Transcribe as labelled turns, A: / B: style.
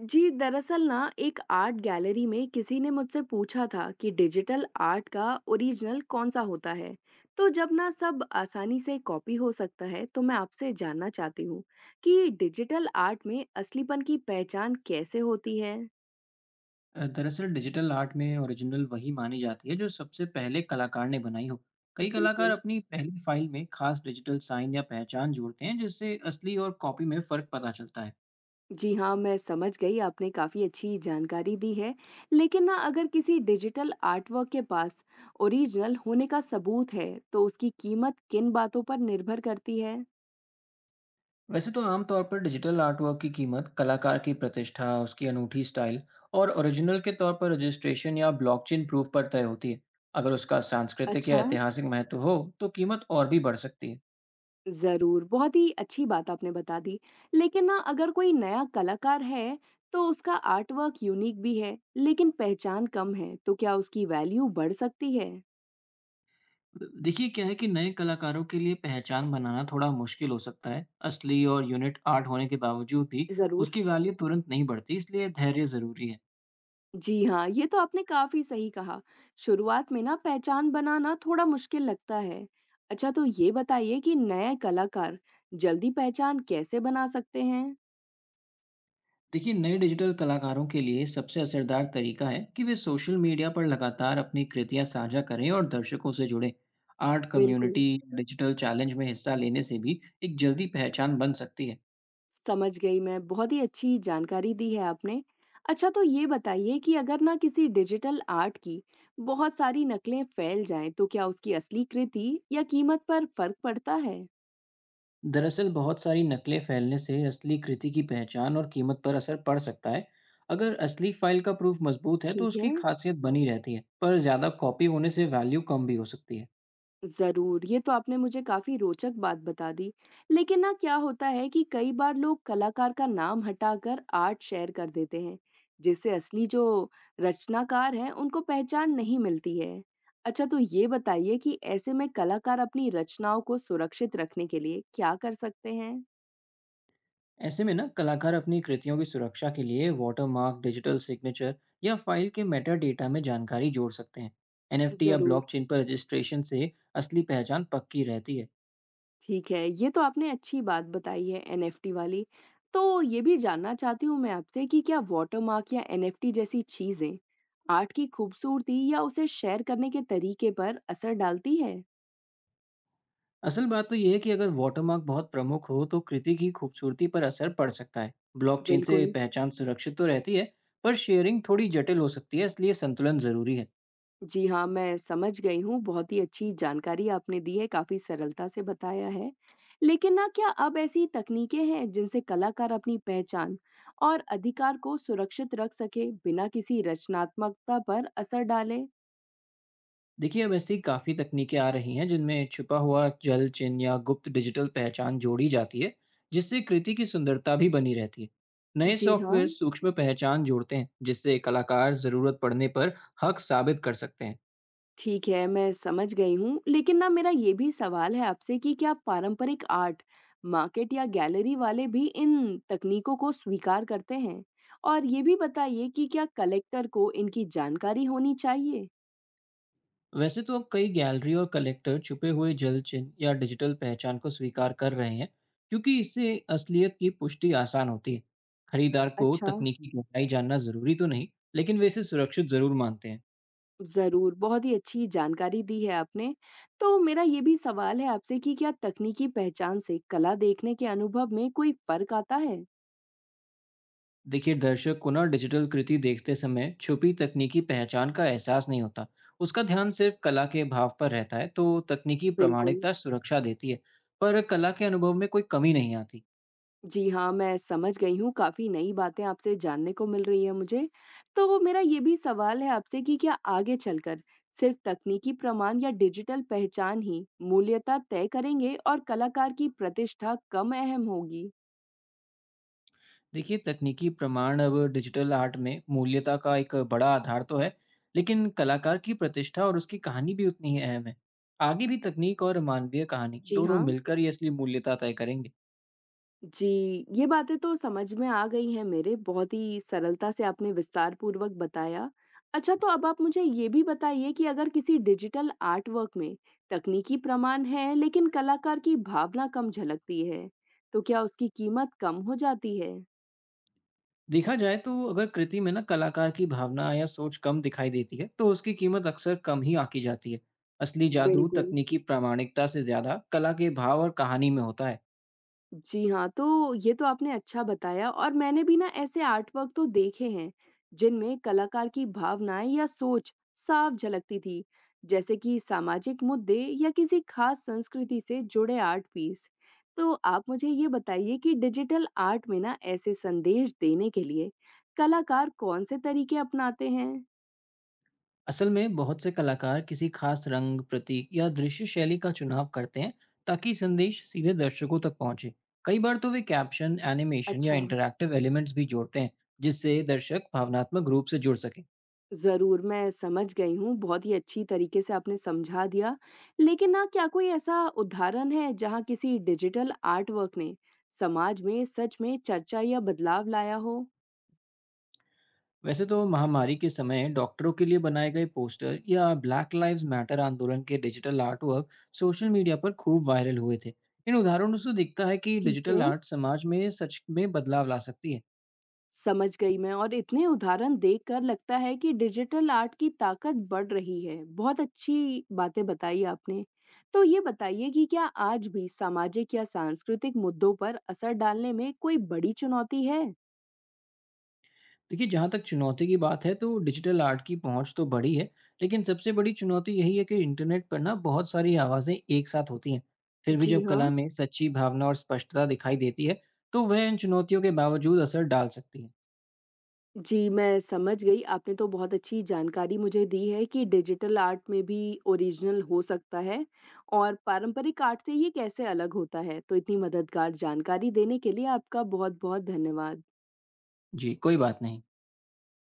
A: जी, दरअसल ना एक आर्ट गैलरी में किसी ने मुझसे पूछा था कि डिजिटल आर्ट का ओरिजिनल कौन सा होता है। तो जब ना सब आसानी से कॉपी हो सकता है, तो मैं आपसे जानना चाहती हूँ कि डिजिटल आर्ट में असलीपन की पहचान कैसे होती है?
B: दरअसल डिजिटल आर्ट में ओरिजिनल वही मानी जाती है जो सबसे पहले कलाकार ने बनाई हो। कई कलाकार
A: बिल्कुल।
B: अपनी पहली फाइल में खास डिजिटल साइन या पहचान जोड़ते हैं जिससे असली और कॉपी में फर्क पता चलता है।
A: जी हाँ, मैं समझ गई आपने काफ़ी अच्छी जानकारी दी है। लेकिन ना अगर किसी डिजिटल आर्टवर्क के पास ओरिजिनल होने का सबूत है, तो उसकी कीमत किन बातों पर निर्भर करती है?
B: वैसे तो आमतौर पर डिजिटल आर्टवर्क की कीमत कलाकार की प्रतिष्ठा, उसकी अनूठी स्टाइल और ओरिजिनल के तौर पर रजिस्ट्रेशन या ब्लॉकचेन प्रूफ पर तय होती है। अगर उसका सांस्कृतिक या
A: अच्छा।
B: ऐतिहासिक महत्व हो तो कीमत और भी बढ़ सकती है।
A: जरूर बहुत ही अच्छी बात आपने बता दी। लेकिन ना अगर कोई नया कलाकार है तो उसका आर्ट वर्क यूनिक भी है लेकिन पहचान कम है, तो क्या उसकी वैल्यू बढ़ सकती है?
B: देखिए, क्या है कि नए कलाकारों के लिए पहचान बनाना थोड़ा मुश्किल हो सकता है। असली और यूनिट आर्ट होने के बावजूद भी
A: जरूर।
B: उसकी वैल्यू तुरंत नहीं बढ़ती, इसलिए धैर्य ज़रूरी है।
A: जी हाँ, ये तो आपने काफी सही कहा। शुरुआत में ना पहचान बनाना थोड़ा मुश्किल लगता है। अच्छा, तो ये बताइए कि नए कलाकार जल्दी पहचान कैसे बना सकते हैं?
B: देखिए, नए डिजिटल कलाकारों के लिए सबसे असरदार तरीका है कि वे सोशल मीडिया पर लगातार अपनी कृतियां साझा करें और दर्शकों से जुड़ें। आर्ट
A: बिल्कुल।
B: कम्युनिटी, डिजिटल चैलेंज में हिस्सा लेने से भी एक जल्दी पहचान बन सकती है।
A: समझ गई मैं, बहुत ही अच्छी जानकारी दी है आपने। अच्छा, तो ये बताइए कि अगर ना किसी डिजिटल आर्ट की बहुत सारी नकलें फैल जाएँ, तो क्या उसकी असली कृति या कीमत पर फर्क पड़ता है?
B: दरअसल बहुत सारी नकलें फैलने से असली कृति की पहचान और कीमत पर असर पड़ सकता है। अगर असली फाइल का प्रूफ मजबूत है तो
A: ठीक है।
B: उसकी खासियत बनी रहती है, पर ज़्यादा कॉपी होने से वैल्यू कम भी हो सकती है।
A: जरूर, ये तो आपने मुझे काफी रोचक बात बता दी। लेकिन ना क्या होता है कि कई बार लोग कलाकार का नाम हटाकर आर्ट शेयर कर देते हैं, जिससे असली जो रचनाकार हैं उनको पहचान नहीं मिलती है। अच्छा, तो ये बताइए कि ऐसे में कलाकार अपनी रचनाओं को सुरक्षित रखने के लिए क्या कर सकते हैं?
B: ऐसे में ना कलाकार अपनी कृतियों की सुरक्षा के लिए वाटरमार्क, डिजिटल सिग्नेचर या फाइल के मेटा डेटा में जानकारी जोड़ सकते हैं। एनएफटी या
A: जरूर।
B: ब्लॉकचेन पर रजिस्ट्रेशन से असली पहचान पक्की रहती है।
A: ठीक है, ये तो आपने अच्छी बात बताई है एनएफटी वाली। तो ये भी जानना चाहती हूँ मैं आपसे कि क्या वाटरमार्क या एनएफटी जैसी चीज़ें आर्ट की खूबसूरती या उसे शेयर करने के तरीके पर असर डालती है?
B: असल बात तो यह है कि अगर वाटरमार्क बहुत प्रमुख हो तो कृति की खूबसूरती पर असर पड़ सकता है। ब्लॉकचेन से
A: बिल्कुल।
B: पहचान सुरक्षित तो रहती है, पर शेयरिंग थोड़ी जटिल हो सकती है, इसलिए संतुलन जरूरी है।
A: जी हाँ, मैं समझ गई हूँ। बहुत ही अच्छी जानकारी आपने दी है, काफ़ी सरलता से बताया है। लेकिन ना क्या अब ऐसी तकनीकें हैं जिनसे कलाकार अपनी पहचान और अधिकार को सुरक्षित रख सके बिना किसी रचनात्मकता पर असर डाले?
B: देखिए, अब ऐसी काफ़ी तकनीकें आ रही हैं जिनमें छुपा हुआ जल चिन्ह या गुप्त डिजिटल पहचान जोड़ी जाती है, जिससे कृति की सुंदरता भी बनी रहती है। नए
A: जी हाँ।
B: सॉफ्टवेयर सूक्ष्म पहचान जोड़ते हैं जिससे कलाकार ज़रूरत पड़ने पर हक साबित कर सकते हैं।
A: ठीक है, मैं समझ गई हूँ। लेकिन ना मेरा ये भी सवाल है आपसे कि क्या पारंपरिक आर्ट मार्केट या गैलरी वाले भी इन तकनीकों को स्वीकार करते हैं? और ये भी बताइए कि क्या कलेक्टर को इनकी जानकारी होनी चाहिए?
B: वैसे तो अब कई गैलरी और कलेक्टर छुपे हुए जल चिन्ह या डिजिटल पहचान को स्वीकार कर रहे हैं, क्योंकि इससे असलियत की पुष्टि आसान होती है। खरीदार को
A: अच्छा।
B: तकनीकी गहराई जानना जरूरी तो नहीं, लेकिन वे इसे सुरक्षित जरूर मानते हैं।
A: ज़रूर, बहुत ही अच्छी जानकारी दी है आपने। तो मेरा ये भी सवाल है आपसे कि क्या तकनीकी पहचान से कला देखने के अनुभव में कोई फ़र्क आता है?
B: देखिए, दर्शक को ना डिजिटल कृति देखते समय छुपी तकनीकी पहचान का एहसास नहीं होता। उसका ध्यान सिर्फ कला के भाव पर रहता है, तो तकनीकी
A: बिल्कुल।
B: प्रामाणिकता सुरक्षा देती है, पर कला के अनुभव में कोई कमी नहीं आती।
A: जी हाँ, मैं समझ गई हूँ, काफ़ी नई बातें आपसे जानने को मिल रही हैं मुझे। तो मेरा ये भी सवाल है आपसे कि क्या आगे चलकर सिर्फ़ तकनीकी प्रमाण या डिजिटल पहचान ही मूल्यता तय करेंगे और कलाकार की प्रतिष्ठा कम अहम होगी?
B: देखिए, तकनीकी प्रमाण अब डिजिटल आर्ट में मूल्यता का एक बड़ा आधार तो है, लेकिन कलाकार की प्रतिष्ठा और उसकी कहानी भी उतनी ही अहम है। आगे भी तकनीक और मानवीय कहानी
A: जी
B: दोनों
A: हाँ।
B: मिलकर ये असली मूल्यता तय करेंगे।
A: जी, ये बातें तो समझ में आ गई हैं मेरे, बहुत ही सरलता से आपने विस्तार पूर्वक बताया। अच्छा, तो अब आप मुझे ये भी बताइए कि अगर किसी डिजिटल आर्ट वर्क में तकनीकी प्रमाण है लेकिन कलाकार की भावना कम झलकती है, तो क्या उसकी कीमत कम हो जाती है?
B: देखा जाए तो अगर कृति में ना कलाकार की भावना या सोच कम दिखाई देती है, तो उसकी कीमत अक्सर कम ही आंकी जाती है। असली जादू
A: बिल्कुल।
B: तकनीकी प्रामाणिकता से ज़्यादा कला के भाव और कहानी में होता है।
A: जी हाँ, तो ये तो आपने अच्छा बताया और मैंने भी ना ऐसे आर्टवर्क तो देखे हैं, जिनमें कलाकार की भावनाएं या सोच साफ झलकती थी, जैसे कि सामाजिक मुद्दे या किसी खास संस्कृति से जुड़े आर्ट पीस। तो आप मुझे ये बताइए कि डिजिटल आर्ट में ना ऐसे संदेश देने के लिए कलाकार कौन से तरीके अपनाते हैं?
B: असल में बहुत से कलाकार किसी खास रंग, प्रतीक या दृश्य शैली का चुनाव करते हैं ताकि संदेश सीधे दर्शकों तक पहुंचे। कई बार तो वे कैप्शन, एनिमेशन या
A: अच्छा।
B: इंटरैक्टिव एलिमेंट्स भी जोड़ते हैं जिससे दर्शक भावनात्मक रूप से जुड़ सके।
A: ज़रूर, मैं समझ गई हूँ, बहुत ही अच्छी तरीके से आपने समझा दिया। लेकिन ना क्या कोई ऐसा उदाहरण है जहाँ किसी डिजिटल आर्ट वर्क ने समाज में सच में चर्चा या बदलाव लाया हो?
B: वैसे तो महामारी के समय डॉक्टरों के लिए बनाए गए पोस्टर या ब्लैक लाइव्स मैटर आंदोलन के digital art work social media पर खूब वायरल हुए थे। इन उदाहरणों से दिखता है कि
A: ठीक
B: डिजिटल
A: है।
B: आर्ट समाज में सच में बदलाव ला सकती है।
A: समझ गई मैं, और इतने उदाहरण देखकर लगता है कि डिजिटल आर्ट की ताकत बढ़ रही है। बहुत अच्छी बातें बताई आपने। तो ये बताइए कि क्या आज भी सामाजिक या सांस्कृतिक मुद्दों पर असर डालने में कोई बड़ी चुनौती है?
B: देखिए, जहाँ तक चुनौती की बात है तो डिजिटल आर्ट की पहुँच तो बढ़ी है, लेकिन सबसे बड़ी चुनौती यही है कि इंटरनेट पर ना बहुत सारी आवाज़ें एक साथ होती हैं। फिर भी
A: जी
B: जब
A: हाँ।
B: कला में सच्ची भावना और स्पष्टता दिखाई देती है, तो वह इन चुनौतियों के बावजूद असर डाल सकती है।
A: जी, मैं समझ गई। आपने तो बहुत अच्छी जानकारी मुझे दी है कि डिजिटल आर्ट में भी ओरिजिनल हो सकता है और पारंपरिक आर्ट से ये कैसे अलग होता है। तो इतनी मददगार जानकारी देने के लिए आपका बहुत-बहुत धन्यवाद।
B: जी, कोई बात नहीं।